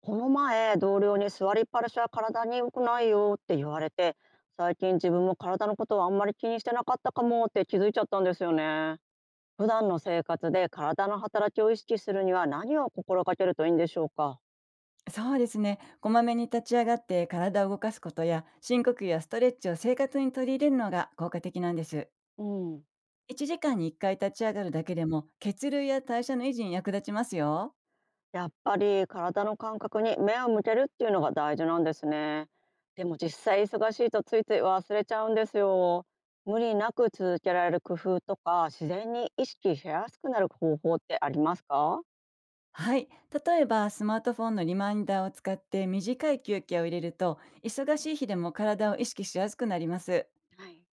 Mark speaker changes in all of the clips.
Speaker 1: この前、同僚に座りっぱなしは体に良くないよって言われて、最近自分も体のことはあんまり気にしてなかったかもって気づいちゃったんですよね。普段の生活で体の働きを意識するには何を心がけるといいんでしょうか？
Speaker 2: そうですね。こまめに立ち上がって体を動かすことや深呼吸やストレッチを生活に取り入れるのが効果的なんです。
Speaker 1: うん。
Speaker 2: 1時間に1回立ち上がるだけでも血流や代謝の維持に役立ちますよ。
Speaker 1: やっぱり体の感覚に目を向けるっていうのが大事なんですね。でも実際忙しいとついつい忘れちゃうんですよ。無理なく続けられる工夫とか、自然に意識しやすくなる方法ってありますか？
Speaker 2: はい。例えばスマートフォンのリマインダーを使って短い休憩を入れると忙しい日でも体を意識しやすくなります。
Speaker 1: はい。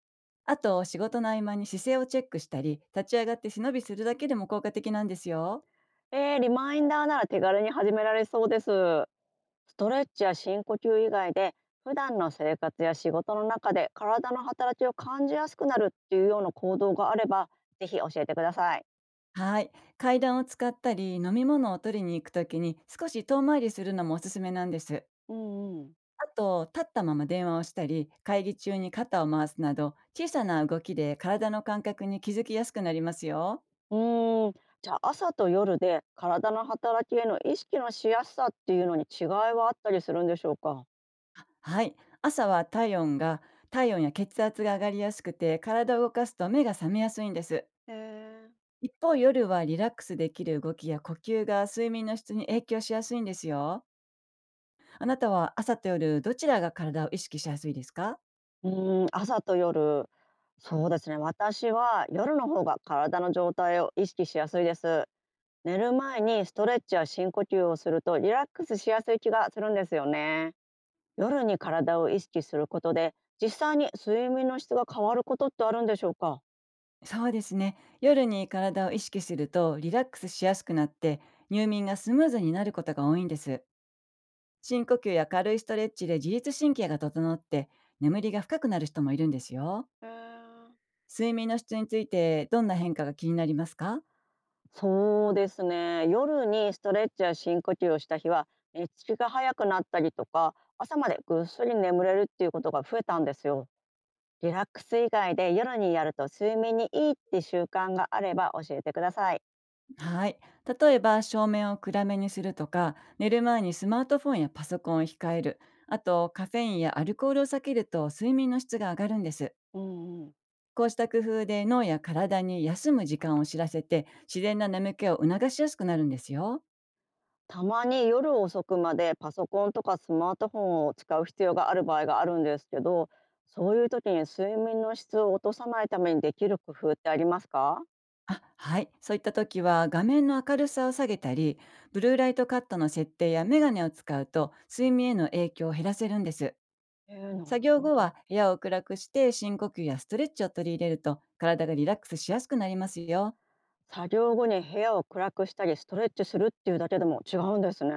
Speaker 2: あと、仕事の合間に姿勢をチェックしたり立ち上がって背伸びするだけでも効果的なんですよ。
Speaker 1: リマインダーなら手軽に始められそうです。ストレッチや深呼吸以外で普段の生活や仕事の中で体の働きを感じやすくなるっていうような行動があれば、ぜひ教えてください。
Speaker 2: はい。階段を使ったり、飲み物を取りに行くときに少し遠回りするのもおすすめなんです。
Speaker 1: うんうん。
Speaker 2: あと、立ったまま電話をしたり、会議中に肩を回すなど、小さな動きで体の感覚に気づきやすくなりますよ。
Speaker 1: うーんじゃあ朝と夜で体の働きへの意識のしやすさっていうのに違いはあったりするんでしょうか？
Speaker 2: はい。朝は体温や血圧が上がりやすくて、体を動かすと目が覚めやすいんです。
Speaker 1: へえ。
Speaker 2: 一方、夜はリラックスできる動きや呼吸が睡眠の質に影響しやすいんですよ。あなたは朝と夜、どちらが体を意識しやすいですか？
Speaker 1: 朝と夜、そうですね、私は夜の方が体の状態を意識しやすいです。寝る前にストレッチや深呼吸をするとリラックスしやすい気がするんですよね。夜に体を意識することで実際に睡眠の質が変わることってあるんでしょうか？
Speaker 2: そうですね。夜に体を意識するとリラックスしやすくなって、入眠がスムーズになることが多いんです。深呼吸や軽いストレッチで自律神経が整って、眠りが深くなる人もいるんですよ。
Speaker 1: へー。
Speaker 2: 睡眠の質について、どんな変化が気になりますか？
Speaker 1: そうですね、夜にストレッチや深呼吸をした日は寝つきが早くなったりとか、朝までぐっすり眠れるっていうことが増えたんですよ。リラックス以外で夜にやると睡眠にいいって習慣があれば教えてください。
Speaker 2: はい。例えば、照明を暗めにするとか、寝る前にスマートフォンやパソコンを控える、あとカフェインやアルコールを避けると睡眠の質が上がるんです。
Speaker 1: うんうん。
Speaker 2: こうした工夫で脳や体に休む時間を知らせて、自然な眠気を促しやすくなるんですよ。
Speaker 1: たまに夜遅くまでパソコンとかスマートフォンを使う必要がある場合があるんですけど、そういう時に睡眠の質を落とさないためにできる工夫ってありますか？
Speaker 2: あはい。そういった時は画面の明るさを下げたり、ブルーライトカットの設定やメガネを使うと睡眠への影響を減らせるんです。
Speaker 1: な
Speaker 2: 作
Speaker 1: る
Speaker 2: 業
Speaker 1: ほ
Speaker 2: 後
Speaker 1: ど。
Speaker 2: は部屋を暗くして、深呼吸やストレッチを取り入れると体がリラックスしやすくなりますよ。
Speaker 1: 作業後に部屋を暗くしたりストレッチするっていうだけでも違うんですね。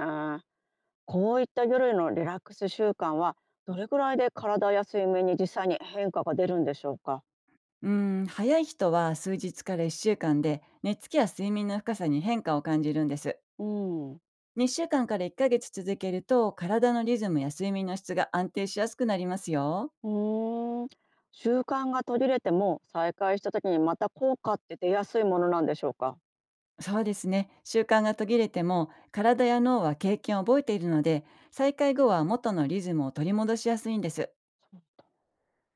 Speaker 1: こういった夜のリラックス習慣はどれくらいで体や睡眠に実際に変化が出るんでしょうか。
Speaker 2: うーん、早い人は数日から1週間で寝つきや睡眠の深さに変化を感じるんです。
Speaker 1: うん。
Speaker 2: 2週間から1ヶ月続けると体のリズムや睡眠の質が安定しやすくなりますよ。
Speaker 1: うーん、習慣が途切れても再開した時にまた効果って出やすいものなんでしょうか？
Speaker 2: そうですね。習慣が途切れても体や脳は経験を覚えているので、再開後は元のリズムを取り戻しやすいんです。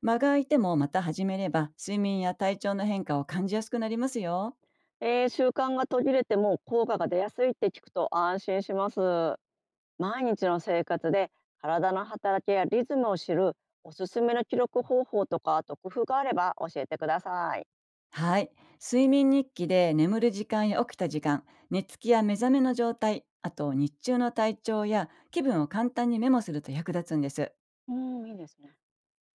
Speaker 2: 間が空いてもまた始めれば睡眠や体調の変化を感じやすくなりますよ。
Speaker 1: 習慣が途切れても効果が出やすいって聞くと安心します。毎日の生活で体の働きやリズムを知るおすすめの記録方法とか、あと工夫があれば教えてください。
Speaker 2: はい。睡眠日記で眠る時間や起きた時間、寝つきや目覚めの状態、あと日中の体調や気分を簡単にメモすると役立つんです。
Speaker 1: うん、いいですね。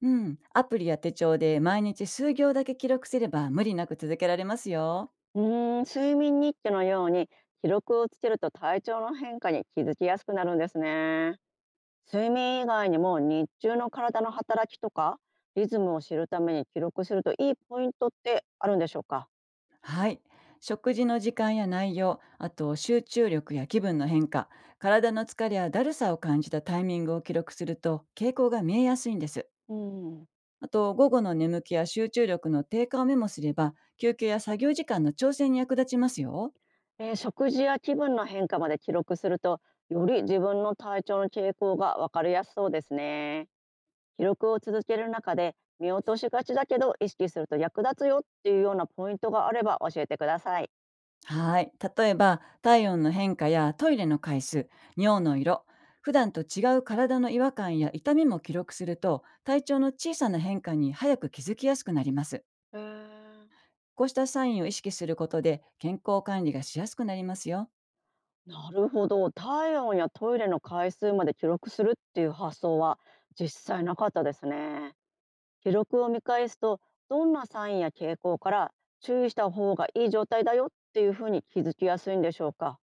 Speaker 2: うん。アプリや手帳で毎日数行だけ記録すれば無理なく続けられますよ。
Speaker 1: 睡眠日記のように記録をつけると体調の変化に気づきやすくなるんですね。睡眠以外にも日中の体の働きとかリズムを知るために記録するといいポイントってあるんでしょうか？
Speaker 2: はい。食事の時間や内容、あと集中力や気分の変化、体の疲れやだるさを感じたタイミングを記録すると傾向が見えやすいんです。
Speaker 1: うん。
Speaker 2: あと、午後の眠気や集中力の低下をメモすれば、休憩や作業時間の調整に役立ちますよ。
Speaker 1: 食事や気分の変化まで記録すると、より自分の体調の傾向が分かりやすそうですね。記録を続ける中で見落としがちだけど意識すると役立つよっていうようなポイントがあれば教えてください。
Speaker 2: はい。例えば、体温の変化やトイレの回数、尿の色、普段と違う体の違和感や痛みも記録すると、体調の小さな変化に早く気づきやすくなります。
Speaker 1: えー
Speaker 2: こうしたサインを意識することで、健康管理がしやすくなりますよ。
Speaker 1: なるほど。体温やトイレの回数まで記録するっていう発想は実際なかったですね。記録を見返すとどんなサインや傾向から注意した方がいい状態だよっていうふうに気づきやすいんでしょうか？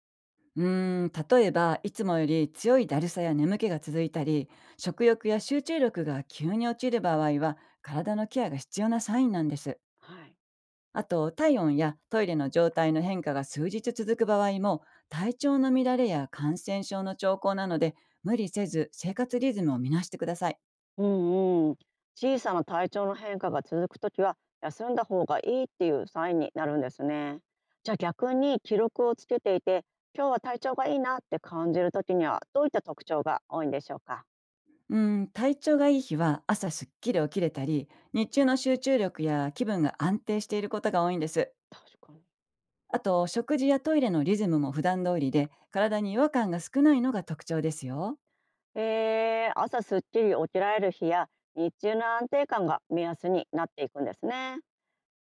Speaker 2: うーん、例えば、いつもより強いだるさや眠気が続いたり、食欲や集中力が急に落ちる場合は、体のケアが必要なサインなんです。
Speaker 1: はい。
Speaker 2: あと、体温やトイレの状態の変化が数日続く場合も、体調の乱れや感染症の兆候なので、無理せず生活リズムを見直してください。
Speaker 1: うんうん。小さな体調の変化が続くときは休んだ方がいいっていうサインになるんですね。じゃあ逆に記録をつけていて今日は体調がいいなって感じるときにはどういった特徴が多いんでしょうか？
Speaker 2: うーん、体調がいい日は朝すっきり起きれたり、日中の集中力や気分が安定していることが多いんです。
Speaker 1: 確かに。
Speaker 2: あと、食事やトイレのリズムも普段通りで、体に違和感が少ないのが特徴ですよ。
Speaker 1: 朝すっきり起きられる日や日中の安定感が目安になっていくんですね。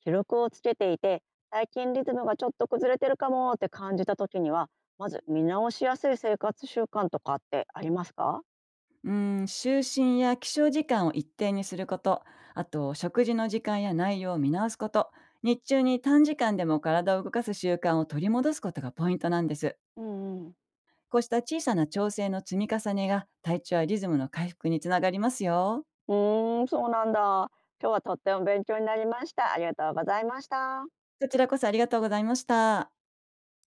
Speaker 1: 記録をつけていて最近リズムがちょっと崩れてるかもって感じた時には、まず見直しやすい生活習慣とかってありますか？
Speaker 2: うーん、就寝や起床時間を一定にすること、あと、食事の時間や内容を見直すこと、日中に短時間でも体を動かす習慣を取り戻すことがポイントなんです。
Speaker 1: うんうん。
Speaker 2: こうした小さな調整の積み重ねが体調やリズムの回復につながりますよ。
Speaker 1: うそうなんだ。今日はとっても勉強になりました。ありがとうございました。
Speaker 2: こちらこそありがとうございました。